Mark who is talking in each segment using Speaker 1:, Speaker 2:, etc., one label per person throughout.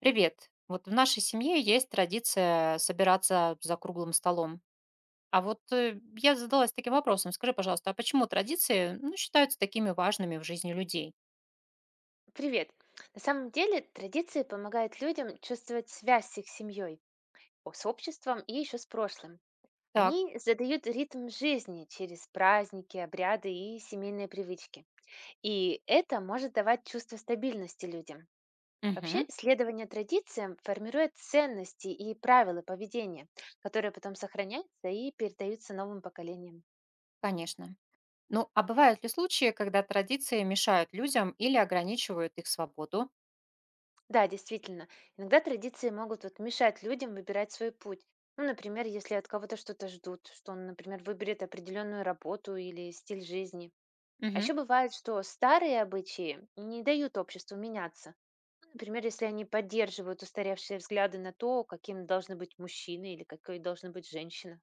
Speaker 1: Привет. Вот в нашей семье есть традиция собираться за круглым столом. А вот я задалась таким вопросом. Скажи, пожалуйста, а почему традиции, ну, считаются такими важными в жизни людей?
Speaker 2: Привет. На самом деле традиции помогают людям чувствовать связь с их семьей, с обществом и еще с прошлым.
Speaker 1: Так,
Speaker 2: Они задают ритм жизни через праздники, обряды и семейные привычки. И это может давать чувство стабильности людям. Вообще,
Speaker 1: мгм,
Speaker 2: следование традициям формирует ценности и правила поведения, которые потом сохраняются и передаются новым поколениям.
Speaker 1: конечно. Ну, а бывают ли случаи, когда традиции мешают людям или ограничивают их свободу?
Speaker 2: Да, действительно, иногда традиции могут вот мешать людям выбирать свой путь. Ну, например, если от кого-то что-то ждут, что он, например, выберет определенную работу или стиль жизни. А
Speaker 1: Мгм.
Speaker 2: еще бывает, что старые обычаи не дают обществу меняться. Ну, например, если они поддерживают устаревшие взгляды на то, каким должны быть мужчины или какой должна быть женщина.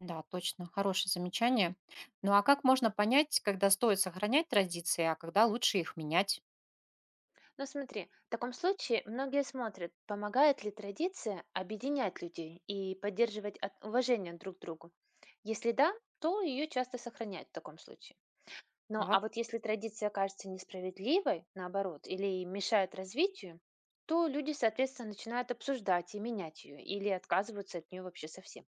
Speaker 1: Да, точно, хорошее замечание. Ну, а как можно понять, когда стоит сохранять традиции, а когда лучше их менять?
Speaker 2: Ну смотри, в таком случае многие смотрят, помогает ли традиция объединять людей и поддерживать уважение друг к другу. Если да, то ее часто сохраняют в таком случае. Но а
Speaker 1: Так,
Speaker 2: вот если традиция кажется несправедливой, наоборот, или мешает развитию, то люди, соответственно, начинают обсуждать и менять ее, или отказываются от нее вообще совсем.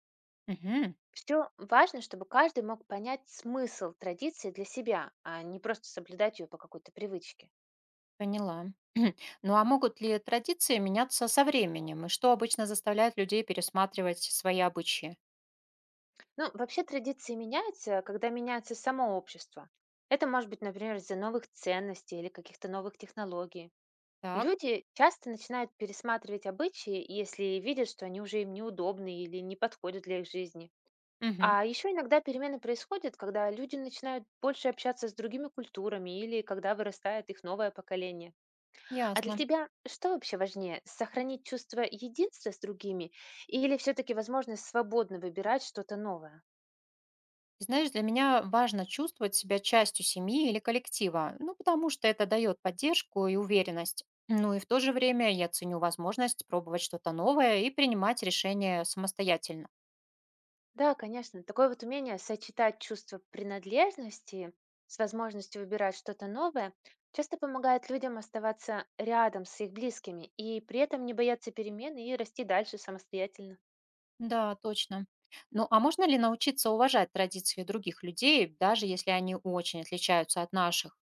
Speaker 1: мгм.
Speaker 2: Все важно, чтобы каждый мог понять смысл традиции для себя, а не просто соблюдать ее по какой-то привычке.
Speaker 1: Поняла. Ну а могут ли традиции меняться со временем? И что обычно заставляет людей пересматривать свои обычаи?
Speaker 2: Ну, вообще традиции меняются, когда меняется само общество. Это может быть, например, из-за новых ценностей или каких-то новых технологий.
Speaker 1: Так,
Speaker 2: Люди часто начинают пересматривать обычаи, если видят, что они уже им неудобны или не подходят для их жизни.
Speaker 1: мгм,
Speaker 2: А еще иногда перемены происходят, когда люди начинают больше общаться с другими культурами или когда вырастает их новое поколение. А для
Speaker 1: ясно.
Speaker 2: тебя что вообще важнее? Сохранить чувство единства с другими или все-таки возможность свободно выбирать что-то новое?
Speaker 1: И знаешь, для меня важно чувствовать себя частью семьи или коллектива, ну потому что это дает поддержку и уверенность. Ну и в то же время я ценю возможность пробовать что-то новое и принимать решения самостоятельно.
Speaker 2: Да, конечно. Такое вот умение сочетать чувство принадлежности с возможностью выбирать что-то новое часто помогает людям оставаться рядом с их близкими и при этом не бояться перемен и расти дальше самостоятельно.
Speaker 1: Да, точно. Ну а можно ли научиться уважать традиции других людей, даже если они очень отличаются от наших?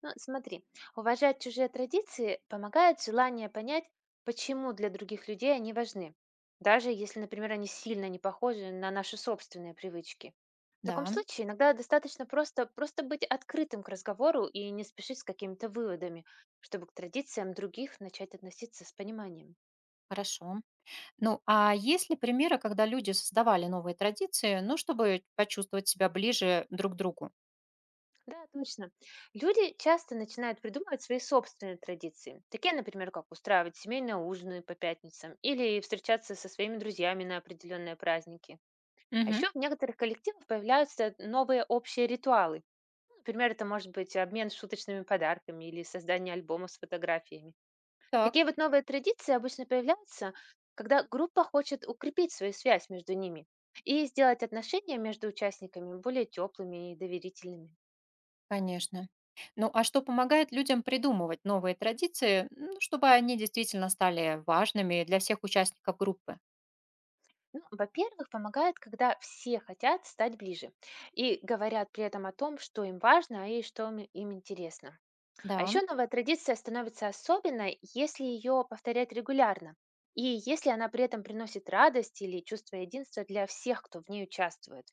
Speaker 2: Ну, смотри, уважать чужие традиции помогает желание понять, почему для других людей они важны, даже если, например, они сильно не похожи на наши собственные привычки. В таком
Speaker 1: Да,
Speaker 2: случае иногда достаточно просто быть открытым к разговору и не спешить с какими-то выводами, чтобы к традициям других начать относиться с пониманием.
Speaker 1: хорошо. Ну, а есть ли примеры, когда люди создавали новые традиции, ну, чтобы почувствовать себя ближе друг к другу?
Speaker 2: Да, точно. Люди часто начинают придумывать свои собственные традиции. Такие, например, как устраивать семейные ужины по пятницам или встречаться со своими друзьями на определенные праздники. А
Speaker 1: Мгм.
Speaker 2: еще в некоторых коллективах появляются новые общие ритуалы. Ну, например, это может быть обмен шуточными подарками или создание альбома с фотографиями.
Speaker 1: Так.
Speaker 2: Такие вот новые традиции обычно появляются, когда группа хочет укрепить свою связь между ними и сделать отношения между участниками более теплыми и доверительными.
Speaker 1: Конечно. Ну, а что помогает людям придумывать новые традиции, ну, чтобы они действительно стали важными для всех участников группы?
Speaker 2: Ну, во-первых, помогает, когда все хотят стать ближе и говорят при этом о том, что им важно и что им интересно. А
Speaker 1: Да.
Speaker 2: еще новая традиция становится особенной, если ее повторять регулярно и если она при этом приносит радость или чувство единства для всех, кто в ней участвует.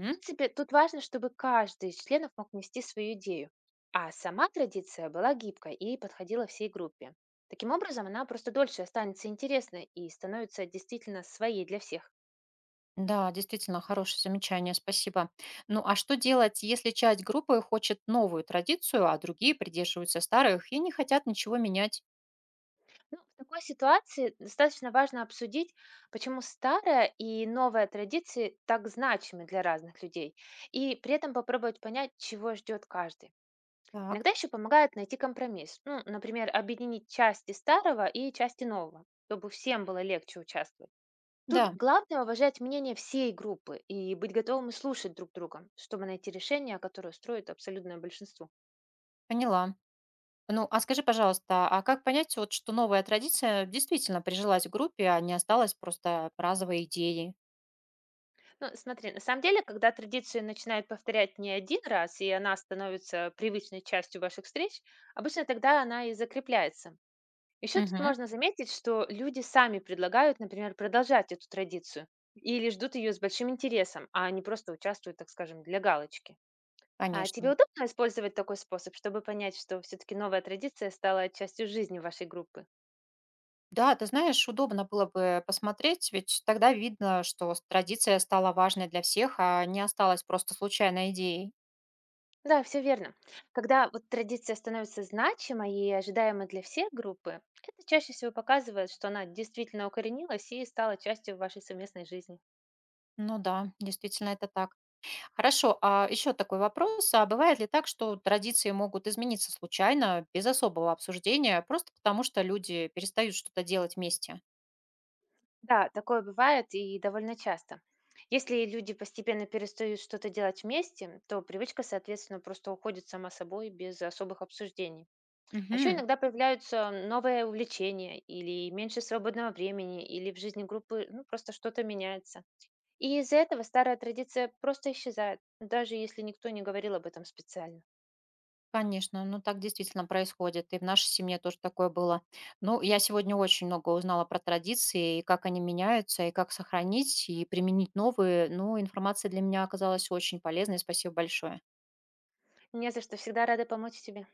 Speaker 2: В принципе, тут важно, чтобы каждый из членов мог нести свою идею, а сама традиция была гибкой и подходила всей группе. Таким образом, она просто дольше останется интересной и становится действительно своей для всех.
Speaker 1: Да, действительно, хорошее замечание, спасибо. Ну, а что делать, если часть группы хочет новую традицию, а другие придерживаются старых и не хотят ничего менять?
Speaker 2: Ну, в такой ситуации достаточно важно обсудить, почему старая и новая традиции так значимы для разных людей, и при этом попробовать понять, чего ждет каждый.
Speaker 1: Так,
Speaker 2: Иногда еще помогает найти компромисс, ну, например, объединить части старого и части нового, чтобы всем было легче участвовать. Тут
Speaker 1: да,
Speaker 2: главное уважать мнение всей группы и быть готовым слушать друг друга, чтобы найти решение, которое устроит абсолютное большинство.
Speaker 1: поняла. Ну, а скажи, пожалуйста, а как понять, вот, что новая традиция действительно прижилась в группе, а не осталась просто разовой идеей?
Speaker 2: Ну, смотри, на самом деле, когда традицию начинают повторять не один раз, и она становится привычной частью ваших встреч, обычно тогда она и закрепляется. Еще тут
Speaker 1: Мгм.
Speaker 2: можно заметить, что люди сами предлагают, например, продолжать эту традицию или ждут ее с большим интересом, а не просто участвуют, так скажем, для галочки. А тебе
Speaker 1: Конечно.
Speaker 2: удобно использовать такой способ, чтобы понять, что все-таки новая традиция стала частью жизни вашей группы?
Speaker 1: Да, ты знаешь, удобно было бы посмотреть, ведь тогда видно, что традиция стала важной для всех, а не осталась просто случайной идеей.
Speaker 2: Да, все верно. Когда вот традиция становится значимой и ожидаемой для всей группы, это чаще всего показывает, что она действительно укоренилась и стала частью вашей совместной жизни.
Speaker 1: Ну да, действительно это так. Хорошо, а еще такой вопрос. А бывает ли так, что традиции могут измениться случайно, без особого обсуждения, просто потому что люди перестают что-то делать вместе?
Speaker 2: Да, такое бывает и довольно часто. Если люди постепенно перестают что-то делать вместе, то привычка, соответственно, просто уходит сама собой без особых обсуждений. А еще
Speaker 1: Мгм.
Speaker 2: иногда появляются новые увлечения или меньше свободного времени, или в жизни группы ну, просто что-то меняется. И из-за этого старая традиция просто исчезает, даже если никто не говорил об этом специально.
Speaker 1: Конечно, ну так действительно происходит. И в нашей семье тоже такое было. Ну, я сегодня очень много узнала про традиции, и как они меняются, и как сохранить, и применить новые. Ну, информация для меня оказалась очень полезной. Спасибо большое.
Speaker 2: Не за что, всегда рада помочь тебе.